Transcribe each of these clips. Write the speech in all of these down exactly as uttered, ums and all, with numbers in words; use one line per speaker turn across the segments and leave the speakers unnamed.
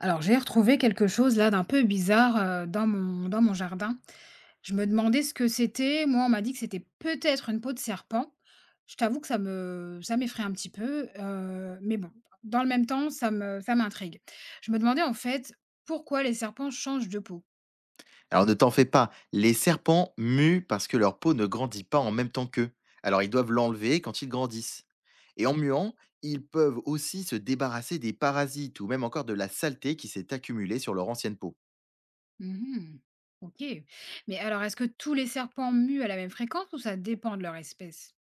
Alors, j'ai retrouvé quelque chose là d'un peu bizarre, heu, dans mon dans mon jardin. Je me demandais ce que c'était. Moi, on m'a dit que c'était peut-être une peau de serpent. Je t'avoue que ça me ça m'effraie un petit peu, heu, mais bon, dans le même temps, ça me ça m'intrigue. Je me demandais en fait pourquoi les serpents changent de peau?
Alors ne t'en fais pas, les serpents muent parce que leur peau ne grandit pas en même temps qu'eux. Alors ils doivent l'enlever quand ils grandissent. Et en muant, ils peuvent aussi se débarrasser des parasites ou même encore de la saleté qui s'est accumulée sur leur ancienne peau.
Mmh. OK. Mais alors, est-ce que tous les serpents muent à la même fréquence ou ça dépend de leur espèce?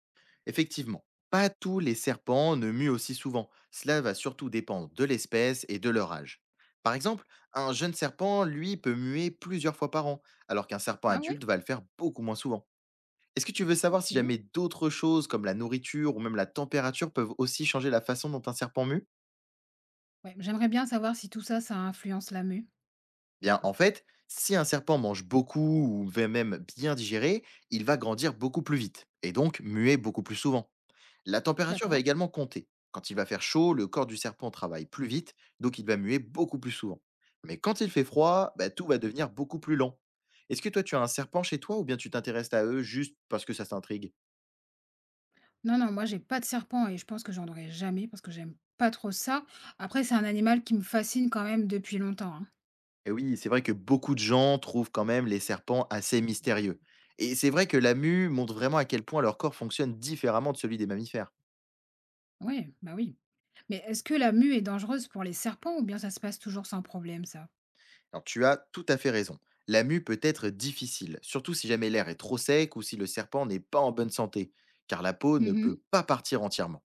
Effectivement, pas tous les serpents ne muent aussi souvent. Cela va surtout dépendre de l'espèce et de leur âge. Par exemple, un jeune serpent, lui, peut muer plusieurs fois par an, alors qu'un serpent
Ah ouais?
adulte va le faire beaucoup moins souvent. Est-ce que tu veux savoir si
OK.
jamais d'autres choses comme la nourriture ou même la température peuvent aussi changer la façon dont un serpent mue?
Ouais, j'aimerais bien savoir si tout ça, ça influence la mue.
Bien, en fait, si un serpent mange beaucoup ou va même bien digérer, il va grandir beaucoup plus vite et donc muer beaucoup plus souvent. La température va
D'accord.
également compter. Quand il va faire chaud, le corps du serpent travaille plus vite, donc il va muer beaucoup plus souvent. Mais quand il fait froid, bah, tout va devenir beaucoup plus lent. Est-ce que toi tu as un serpent chez toi ou bien tu t'intéresses à eux juste parce que ça t'intrigue?
Non, non, moi, j'ai pas de serpent et je pense que j'en aurai jamais parce que j'aime pas trop ça. Après, c'est un animal qui me fascine quand même depuis longtemps, hein.
Et oui, c'est vrai que beaucoup de gens trouvent quand même les serpents assez mystérieux. Et c'est vrai que la mue montre vraiment à quel point leur corps fonctionne différemment de celui des mammifères.
Oui, bah oui. Mais est-ce que la mue est dangereuse pour les serpents ou bien ça se passe toujours sans problème, ça?
Alors tu as tout à fait raison. La mue peut être difficile, surtout si jamais l'air est trop sec ou si le serpent n'est pas en bonne santé, car la peau ne peut
Mhm.
pas partir entièrement.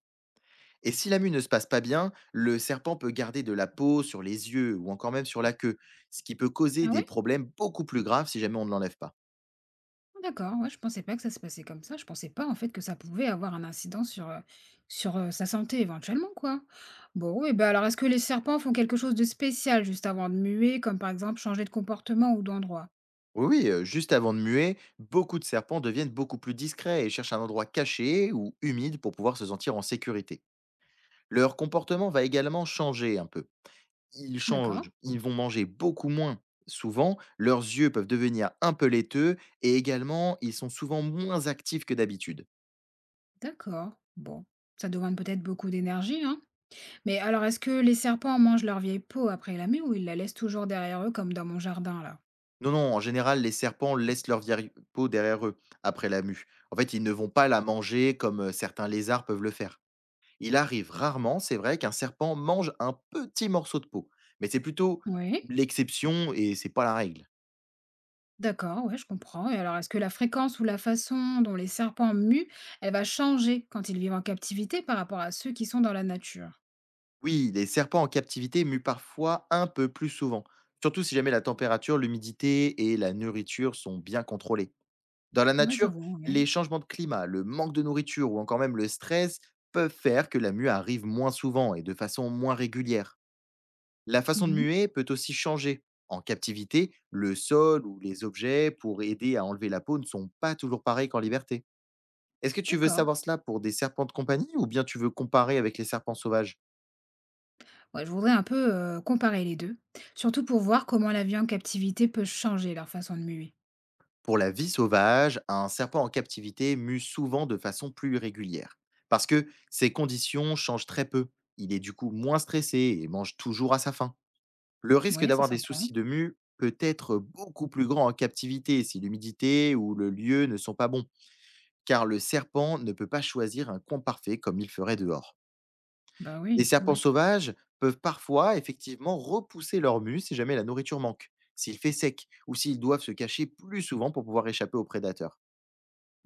Et si la mue ne se passe pas bien, le serpent peut garder de la peau sur les yeux ou encore même sur la queue, ce qui peut causer
Ah
des
ouais?
problèmes beaucoup plus graves si jamais on ne l'enlève pas.
Ah d'accord, ouais, je pensais pas que ça se passait comme ça. Je pensais pas en fait que ça pouvait avoir un incident sur, euh, sur euh, sa santé éventuellement, quoi. Bon, et ben alors est-ce que les serpents font quelque chose de spécial juste avant de muer, comme par exemple changer de comportement ou d'endroit?
Oui, oui, euh, juste avant de muer, beaucoup de serpents deviennent beaucoup plus discrets et cherchent un endroit caché ou humide pour pouvoir se sentir en sécurité. Leur comportement va également changer un peu. Ils
D'accord.
changent, ils vont manger beaucoup moins souvent, leurs yeux peuvent devenir un peu laiteux et également, ils sont souvent moins actifs que d'habitude.
D'accord, bon, ça demande peut-être beaucoup d'énergie, hein. Mais alors, est-ce que les serpents mangent leur vieille peau après la mue ou ils la laissent toujours derrière eux comme dans mon jardin là?
Non, non, en général, les serpents laissent leur vieille peau derrière eux après la mue. En fait, ils ne vont pas la manger comme euh, certains lézards peuvent le faire. Il arrive rarement, c'est vrai, qu'un serpent mange un petit morceau de peau, mais c'est plutôt
Oui,
l'exception et c'est pas la règle.
d'accord, ouais, je comprends. Et alors, est-ce que la fréquence ou la façon dont les serpents muent, elle va changer quand ils vivent en captivité par rapport à ceux qui sont dans la nature?
Oui, les serpents en captivité muent parfois un peu plus souvent, surtout si jamais la température, l'humidité et la nourriture sont bien contrôlées. Dans la
Oui, je
nature,
vois, ouais.
les changements de climat, le manque de nourriture ou encore même le stress peuvent faire que la mue arrive moins souvent et de façon moins régulière. La façon de
Mhm.
muer peut aussi changer. En captivité, le sol ou les objets pour aider à enlever la peau ne sont pas toujours pareils qu'en liberté. Est-ce que tu veux
D'accord.
savoir cela pour des serpents de compagnie ou bien tu veux comparer avec les serpents sauvages?
Ouais, je voudrais un peu euh, comparer les deux, surtout pour voir comment la vie en captivité peut changer leur façon de muer.
Pour la vie sauvage, un serpent en captivité mue souvent de façon plus régulière. Parce que ses conditions changent très peu. Il est du coup moins stressé et mange toujours à sa faim. Le risque
Oui, ça
d'avoir des
s'entend.
soucis de mue peut être beaucoup plus grand en captivité si l'humidité ou le lieu ne sont pas bons, car le serpent ne peut pas choisir un coin parfait comme il ferait dehors.
Bah
Les
oui,
serpents
oui.
sauvages peuvent parfois effectivement repousser leur mue si jamais la nourriture manque, s'il fait sec, ou s'ils doivent se cacher plus souvent pour pouvoir échapper aux prédateurs.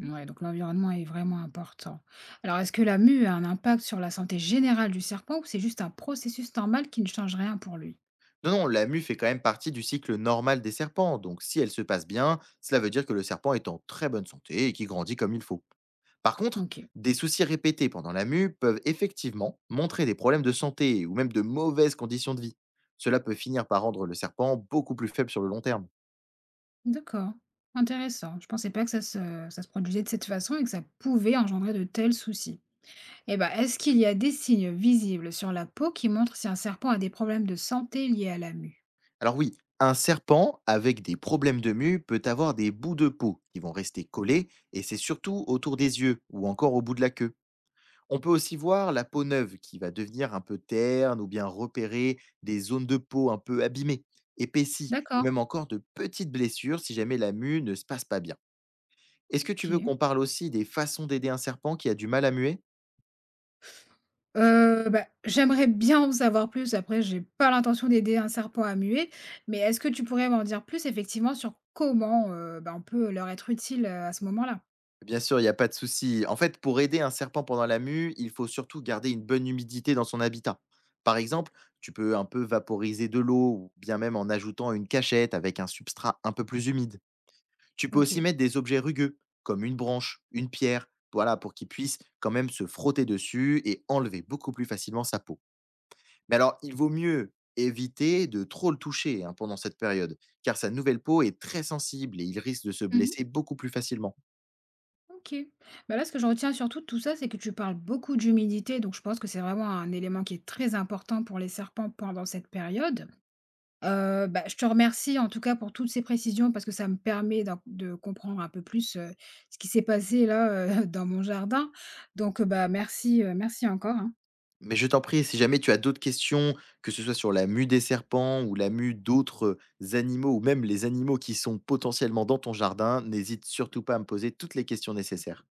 Ouais, donc l'environnement est vraiment important. Alors, est-ce que la mue a un impact sur la santé générale du serpent ou c'est juste un processus normal qui ne change rien pour lui?
Non, non, la mue fait quand même partie du cycle normal des serpents, donc si elle se passe bien, cela veut dire que le serpent est en très bonne santé et qu'il grandit comme il faut. Par contre,
Ok,
des soucis répétés pendant la mue peuvent effectivement montrer des problèmes de santé ou même de mauvaises conditions de vie. Cela peut finir par rendre le serpent beaucoup plus faible sur le long terme.
d'accord, intéressant. Je pensais pas que ça se, ça se produisait de cette façon et que ça pouvait engendrer de tels soucis. Eh ben, est-ce qu'il y a des signes visibles sur la peau qui montrent si un serpent a des problèmes de santé liés à la mue?
Alors oui, un serpent avec des problèmes de mue peut avoir des bouts de peau qui vont rester collés et c'est surtout autour des yeux ou encore au bout de la queue. On peut aussi voir la peau neuve qui va devenir un peu terne ou bien repérer des zones de peau un peu abîmées, épaissies ou
D'accord,
même encore de petites blessures si jamais la mue ne se passe pas bien. Est-ce que tu veux
ok.
qu'on parle aussi des façons d'aider un serpent qui a du mal à muer?
Heu, bah, j'aimerais bien en savoir plus. Après, j'ai pas l'intention d'aider un serpent à muer, mais est-ce que tu pourrais m'en dire plus effectivement sur comment, heu, bah, on peut leur être utile, heu, à ce moment-là?
Bien sûr, il n'y a pas de souci. En fait, pour aider un serpent pendant la mue, il faut surtout garder une bonne humidité dans son habitat. Par exemple, tu peux un peu vaporiser de l'eau ou bien même en ajoutant une cachette avec un substrat un peu plus humide. Tu peux aussi
OK.
mettre des objets rugueux, comme une branche, une pierre, voilà, pour qu'il puisse quand même se frotter dessus et enlever beaucoup plus facilement sa peau. Mais alors, il vaut mieux éviter de trop le toucher hein, pendant cette période, car sa nouvelle peau est très sensible et il risque de se
Mmh.
blesser beaucoup plus facilement.
OK. Bah, là, ce que j'en retiens surtout de tout ça, c'est que tu parles beaucoup d'humidité, donc je pense que c'est vraiment un élément qui est très important pour les serpents pendant cette période. Heu, bah, je te remercie en tout cas pour toutes ces précisions parce que ça me permet d'en de comprendre un peu plus, heu, ce qui s'est passé là, heu, dans mon jardin. Donc, heu, bah, merci, heu, merci encore, hein.
Mais je t'en prie, si jamais tu as d'autres questions, que ce soit sur la mue des serpents ou la mue d'autres euh, animaux ou même les animaux qui sont potentiellement dans ton jardin, n'hésite surtout pas à me poser toutes les questions nécessaires.